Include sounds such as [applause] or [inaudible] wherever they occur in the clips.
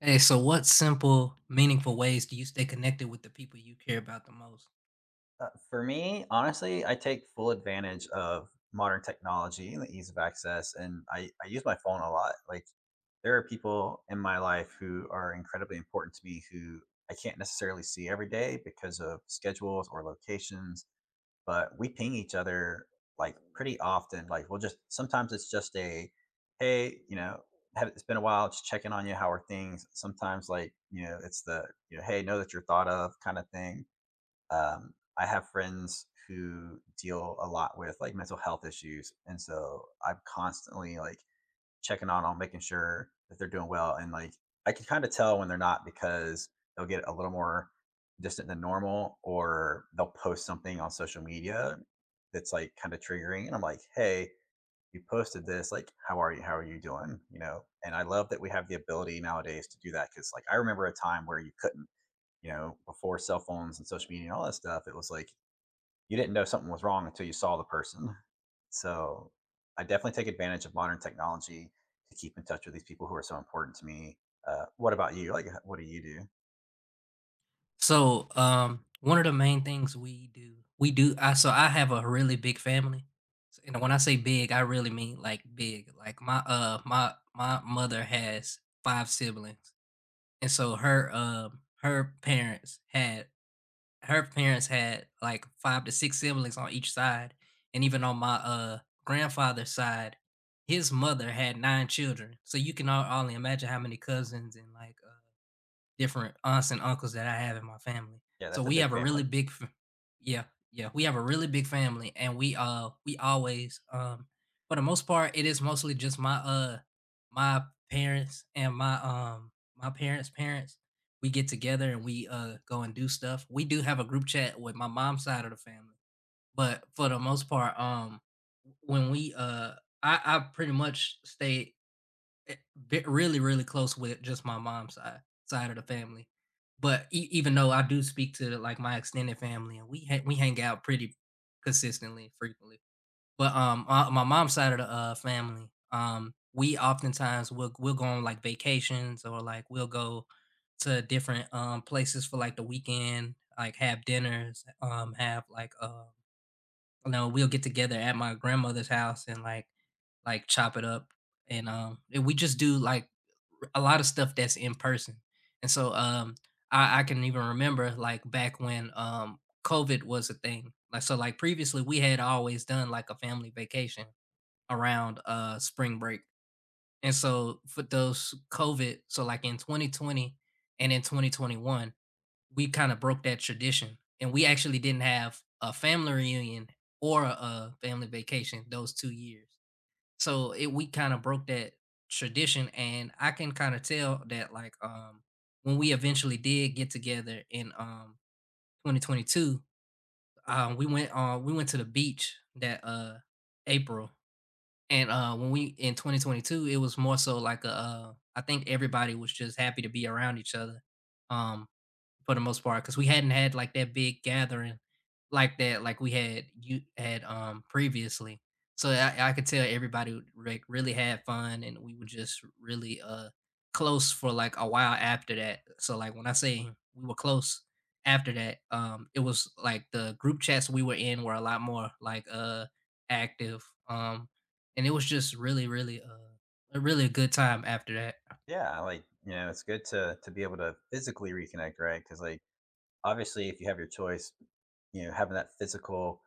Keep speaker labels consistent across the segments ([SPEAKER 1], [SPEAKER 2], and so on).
[SPEAKER 1] Hey, so what simple, meaningful ways do you stay connected with the people you care about the most?
[SPEAKER 2] For me, honestly, I take full advantage of modern technology and the ease of access, and I use my phone a lot. Like, there are people in my life who are incredibly important to me who I can't necessarily see every day because of schedules or locations, but we ping each other like pretty often. Like, we'll just sometimes it's just a hey, it's been a while, just checking on you. How are things? Sometimes, like, it's the, you know, hey, know that you're thought of kind of thing. I have friends who deal a lot with like mental health issues, and so I'm constantly like checking on them, making sure that they're doing well. And like I can kind of tell when they're not because they'll get a little more distant than normal, or they'll post something on social media that's like kind of triggering. And I'm like, hey, you posted this. Like, how are you? How are you doing? And I love that we have the ability nowadays to do that because like I remember a time where you couldn't you know, before cell phones and social media and all that stuff, it was like you didn't know something was wrong until you saw the person. So I definitely take advantage of modern technology to keep in touch with these people who are so important to me. What about you? Like, what do you do?
[SPEAKER 1] One of the main things we do, we do. I so I have a really big family. And when I say big, I really mean like big. Like my mother has five siblings, and so her parents had like 5 to 6 siblings on each side, and even on my grandfather's side, his mother had 9 children, so you can on only imagine how many cousins and, like, different aunts and uncles that I have in my family.
[SPEAKER 2] Yeah,
[SPEAKER 1] So
[SPEAKER 2] that's a
[SPEAKER 1] we
[SPEAKER 2] big
[SPEAKER 1] have a really
[SPEAKER 2] family.
[SPEAKER 1] big yeah, yeah, we have a really big family, and we always, for the most part, it is mostly just my parents and my parents' parents. We get together and go and do stuff. We do have a group chat with my mom's side of the family, but for the most part, when we, I pretty much stay Eh, ve really, really close with just my mom's side of the family, but e even though I do speak to, like, my extended family, and we hang out pretty consistently, frequently, my mom's side of the family, we oftentimes will we'll go on, like, vacations, or like, we'll go to different, places for, like, the weekend, like, have dinners, have, like, we'll get together at my grandmother's house and, like, chop it up, and we just do, like, a lot of stuff that's in person. And so, um, I I can even remember, like, back when COVID was a thing. Like, so, like, previously, we had always done, like, a family vacation around, spring break, and so, for like, in 2020 and in 2021, we kind of broke that tradition, and we actually didn't have a family reunion or a family vacation those 2 years. So it we kind of broke that tradition, and I can kind of tell that like when we eventually did get together in 2022, we went to the beach that April. And when we in 2022, it was more so like a I think everybody was just happy to be around each other. Um for the most part, because we hadn't had like that big gathering like that, like we had you had previously. So I could tell everybody would, like, really had fun, and we were just really close for like a while after that. So like when I say we were close after that, it was like the group chats we were in were a lot more like active, um, and it was just really really a really good time after that.
[SPEAKER 2] Yeah, it's good to be able to physically reconnect, right? Because like obviously, if you have your choice, you know, having that physical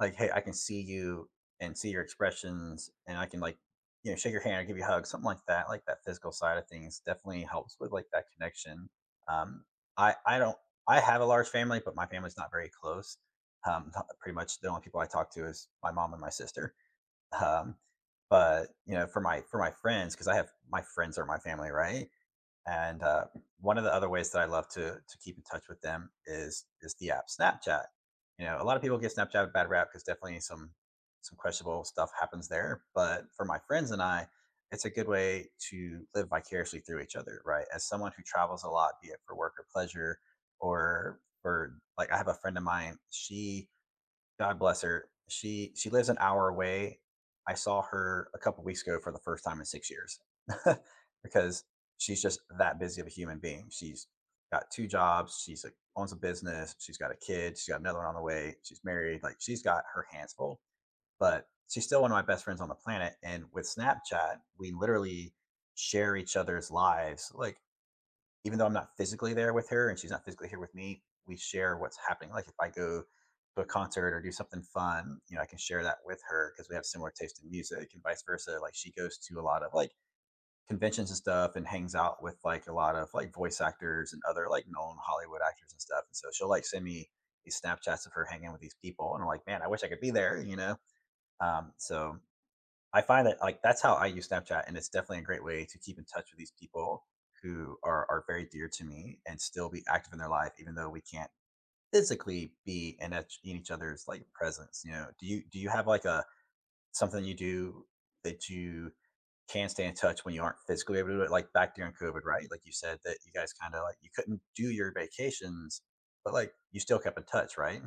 [SPEAKER 2] like, "Hey, I can see you and see your expressions, and I can like, you know, shake your hand or give you a hug," something like that. Like that physical side of things definitely helps with like that connection. Um, I don't I have a large family, but my family's not very close. Pretty much the only people I talk to is my mom and my sister. Um, but you know, for my friends, because I have my friends are my family, right? And One of the other ways that I love to keep in touch with them is the app Snapchat. You know, a lot of people give Snapchat a bad rap because definitely some questionable stuff happens there. But for my friends and I, it's a good way to live vicariously through each other, right? As someone who travels a lot, be it for work or pleasure, or for like I have a friend of mine, she God bless her. She lives an hour away. I saw her a couple of weeks ago for the first time in 6 years [laughs] because she's just that busy of a human being. She's got two jobs. Owns a business. She's got a kid. She's got another one on the way. She's married. Like she's got her hands full. But she's still one of my best friends on the planet. And with Snapchat, we literally share each other's lives like even though I'm not physically there with her and she's not physically here with me, we share what's happening. Like if I go to a concert or do something fun, you know, I can share that with her because we have similar taste in music and vice versa. Like she goes to a lot of like conventions and stuff and hangs out with like a lot of like voice actors and other like known Hollywood actors and stuff. And so she'll like send me these Snapchats of her hanging with these people. And I'm like, man, I wish I could be there, you know? So I find that like that's how I use Snapchat, and it's definitely a great way to keep in touch with these people who are very dear to me and still be active in their life, even though we can't physically each in each other's like presence. You know, do you have like a something you do that you can stay in touch when you aren't physically able to do it? Like back during COVID, right? Like you said that you guys kind of like you couldn't do your vacations, but like you still kept in touch, right?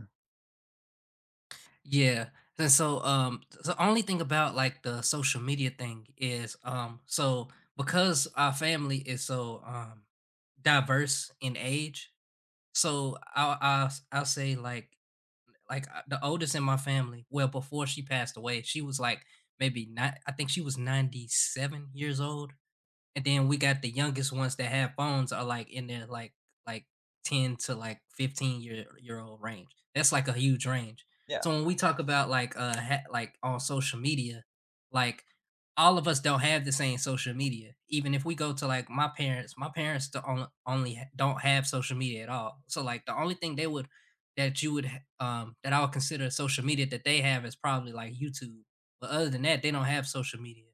[SPEAKER 1] Yeah. And so the only thing about like the social media thing is so because our family is so diverse in age. So I'll say like the oldest in my family, well, before she passed away, she was like maybe not, I think she was 97 years old. And then we got the youngest ones that have phones are like in their like 10 to like 15 year old range. That's like a huge range.
[SPEAKER 2] Yeah,
[SPEAKER 1] So when we talk about like like on social media, like all of us don't have the same social media. Even if we go to like my parents do on, only ha- don't have social media at all. So like the only thing they would that you would that I would consider social media that they have is probably like YouTube. But other than that, they don't have social media.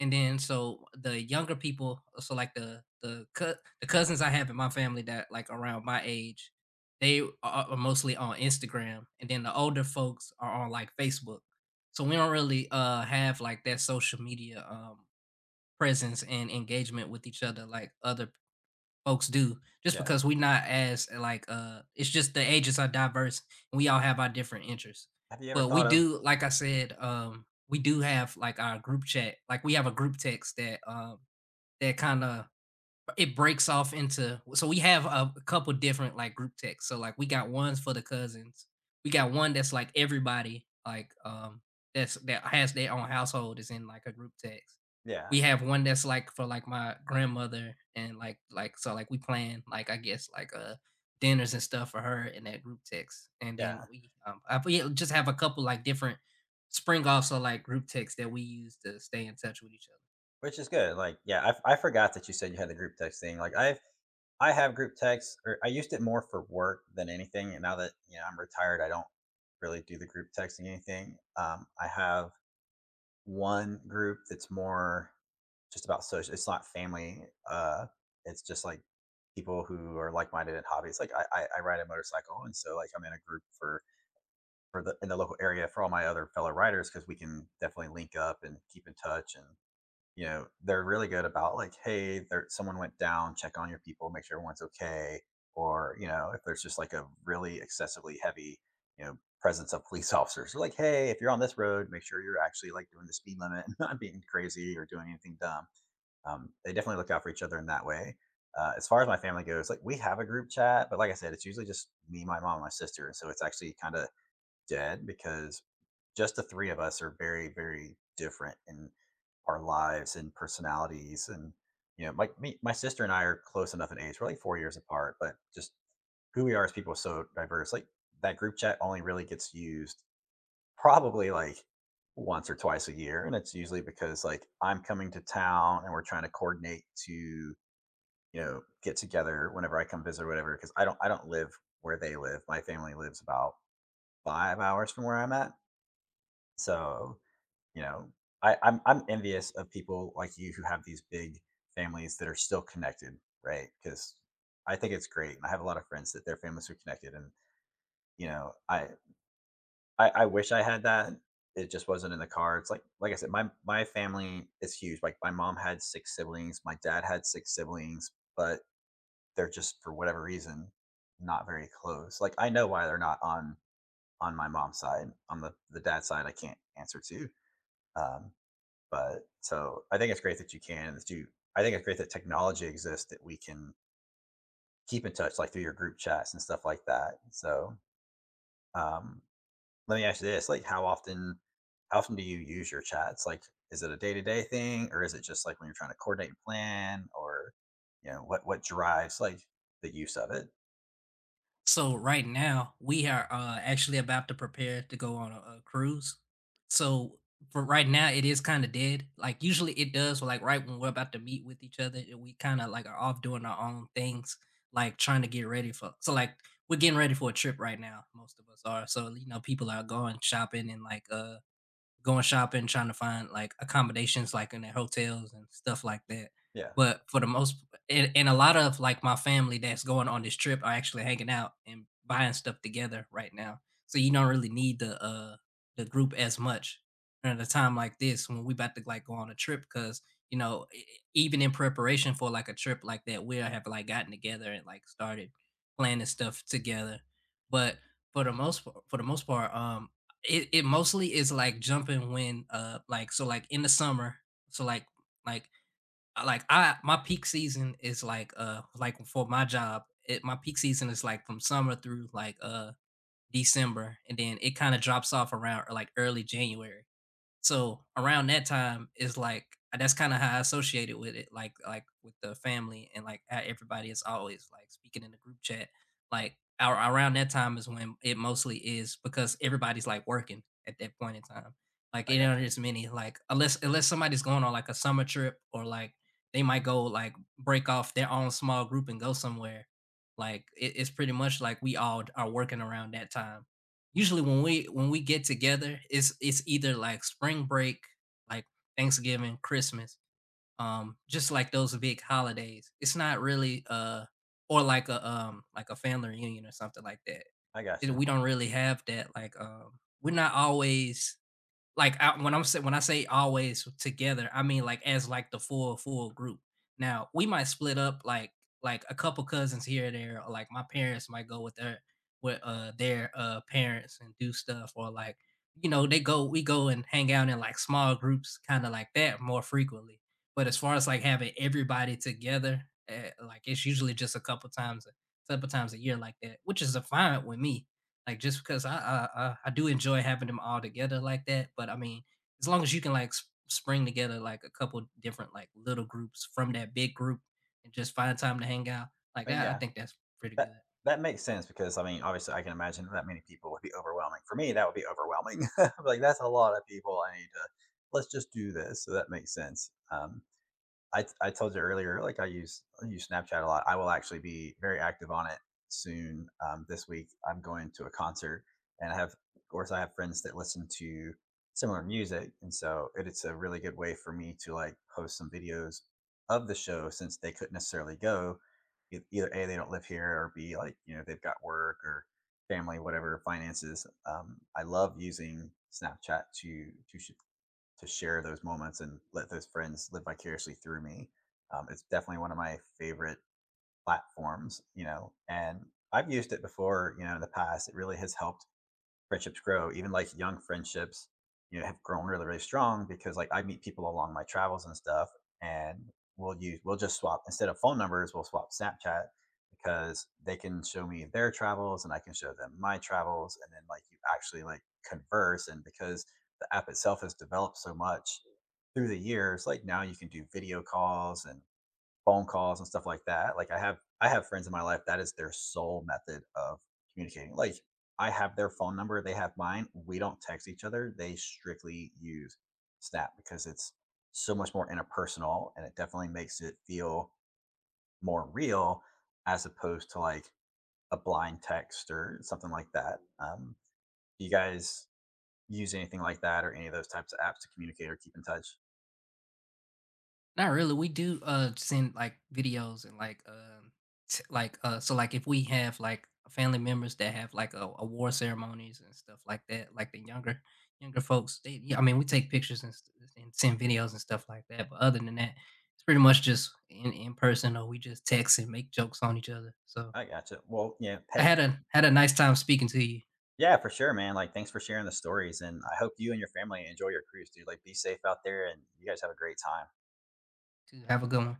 [SPEAKER 1] And then so the younger people, so like the cousins I have in my family that like around my age, they are mostly on Instagram, and then the older folks are on like Facebook. So we don't really have like that social media presence and engagement with each other like other folks do, just
[SPEAKER 2] yeah.
[SPEAKER 1] because we not as like it's just the ages are diverse and we all have our different interests.
[SPEAKER 2] Have you ever
[SPEAKER 1] But we
[SPEAKER 2] thought of
[SPEAKER 1] do, like I said, we do have like our group chat. Like we have a group text that kind of it breaks off into. So we have a couple different like group texts. So like we got ones for the cousins, we got one that's like everybody like that's that has their own household is in like a group text.
[SPEAKER 2] yeah,
[SPEAKER 1] We have one that's like for like my grandmother and like, so like we plan like I guess like dinners and stuff for her in that group text. And then
[SPEAKER 2] yeah?
[SPEAKER 1] we just have a couple like different spring offs or like group texts that we use to stay in touch with each other.
[SPEAKER 2] Which is good, like, yeah, I forgot that you said you had the group text thing, like, I've I have group texts, or I used it more for work than anything, and now that, you know, I'm retired, I don't really do the group texting anything. I have 1 group that's more just about social, it's not family. It's just, like, people who are like-minded in hobbies, like, I ride a motorcycle, and so, like, I'm in a group for the in the local area for all my other fellow riders because we can definitely link up and keep in touch. And you know, they're really good about like, hey, there someone went down, check on your people, make sure everyone's okay. Or, you know, if there's just like a really excessively heavy, you know, presence of police [laughs] officers, they're like, hey, if you're on this road, make sure you're actually like doing the speed limit and [laughs] not being crazy or doing anything dumb. They definitely look out for each other in that way. As far as my family goes, like we have a group chat, but like I said, it's usually just me, my mom, and my sister. And so it's actually kind of dead because just the three of us are very, very different in our lives and personalities. And, you know, me, my sister and I are close enough in age. We're like 4 years apart, but just who we are as people is so diverse. Like that group chat only really gets used probably like once or twice a year. And it's usually because like I'm coming to town and we're trying to coordinate to, you know, get together whenever I come visit or whatever. Cause I don't live where they live. My family lives about 5 hours from where I'm at. So, you know, I'm envious of people like you who have these big families that are still connected, right? Because I think it's great, and I have a lot of friends that their families are connected, and you know, I wish I had that. It just wasn't in the cards. Like I said, my family is huge. Like my mom had six siblings, my dad had six siblings, but they're just for whatever reason not very close. Like I know why they're not on on my mom's side. On the dad side, I can't answer to. Um, But so I think it's great that you can. I think it's great that technology exists that we can keep in touch, like through your group chats and stuff like that. Um, Let me ask you this: like, how often do you use your chats? Like, is it a day to day thing, or is it just like when you're trying to coordinate and plan, or you know, what drives like the use of it?
[SPEAKER 1] So right now we are actually about to prepare to go on a cruise. So for right now, it is kind of dead. Like usually it does. Like right when we're about to meet with each other, and we kind of like are off doing our own things, like trying to get ready for. So like we're getting ready for a trip right now. Most of us are. So you know, people are going shopping and like going shopping, trying to find like accommodations like in the hotels and stuff like that.
[SPEAKER 2] Yeah,
[SPEAKER 1] But for the most, and a lot of like my family that's going on this trip are actually hanging out and buying stuff together right now. So you don't really need the group as much at a time like this when we about to like go on a trip. Because you know even in preparation for like a trip like that, we have like gotten together and like started planning stuff together. But for the for the most part, it it mostly is like jumping when, like so like in the summer. So like like I, my peak season is like for my job, it my peak season is like from summer through like, December, and then it kinda drops off around like early January. So around that time is like that's kind of how I associated with it, like with the family and like how everybody is always like speaking in the group chat. Like our, around that time is when it mostly is because everybody's like working at that point in time. Like
[SPEAKER 2] I
[SPEAKER 1] you know,
[SPEAKER 2] gotcha.
[SPEAKER 1] there's many like unless somebody's going on like a summer trip, or like they might go like break off their own small group and go somewhere. Like it's pretty much like we all are working around that time. Usually when we get together, it's either like spring break, like Thanksgiving, Christmas, just like those big holidays. It's not really or like a family reunion or something like that.
[SPEAKER 2] I gotcha.
[SPEAKER 1] We don't really have that like we're not always like I, when I'm say, when I say always together, I mean like as like the full group. Now we might split up like a couple cousins here and there, or like my parents might go with their parents and do stuff, or like you know they go we go and hang out in like small groups, kind of like that more frequently. But as far as like having everybody together, like it's usually just a couple times, a couple times a year like that, which is a fine with me like, just because I do enjoy having them all together like that. But I mean, as long as you can, like, s spring together, like, a couple different, like, little groups from that big group and just find time to hang out, like,
[SPEAKER 2] I mean,
[SPEAKER 1] I
[SPEAKER 2] yeah,
[SPEAKER 1] think that's pretty
[SPEAKER 2] That
[SPEAKER 1] good.
[SPEAKER 2] that makes sense because, I mean, obviously, I can imagine that many people would be overwhelming. For me, that would be overwhelming. [laughs] Like, that's a lot of people I need to let's just do this. So that makes sense. I told you earlier, like I use Snapchat a lot. I will actually be very active on it soon. This week, I'm going to a concert, and I have, of course, I have friends that listen to similar music, and so it's a really good way for me to like post some videos of the show since they couldn't necessarily go. Either a they don't live here, or b like you know they've got work or family, whatever finances. I love using Snapchat to share those moments and let those friends live vicariously through me. It's definitely one of my favorite platforms, you know. And I've used it before, you know, in the past. It really has helped friendships grow. Even like young friendships, you know, have grown really, really strong because like I meet people along my travels and stuff, and we'll just swap instead of phone numbers, we'll swap Snapchat because they can show me their travels and I can show them my travels, and then like you actually like converse. And because the app itself has developed so much through the years, like now you can do video calls and phone calls and stuff like that. Like I have friends in my life that is their sole method of communicating. Like I have their phone number, they have mine. We don't text each other. They strictly use Snap because it's so much more interpersonal and it definitely makes it feel more real as opposed to like a blind text or something like that. Do you guys use anything like that or any of those types of apps to communicate or keep in touch?
[SPEAKER 1] Not really. We do send like videos and like so like if we have like family members that have like a award ceremonies and stuff like that, like the younger folks, they yeah, I mean we take pictures and, and send videos and stuff like that. But other than that, it's pretty much just in person, or we just text and make jokes on each other. So
[SPEAKER 2] I gotcha. Well, yeah.
[SPEAKER 1] I
[SPEAKER 2] Hey,
[SPEAKER 1] had a nice time speaking to you.
[SPEAKER 2] yeah, for sure, man. Like, thanks for sharing the stories, and I hope you and your family enjoy your cruise, dude. Like, be safe out there, and you guys have a great time.
[SPEAKER 1] To have a good one.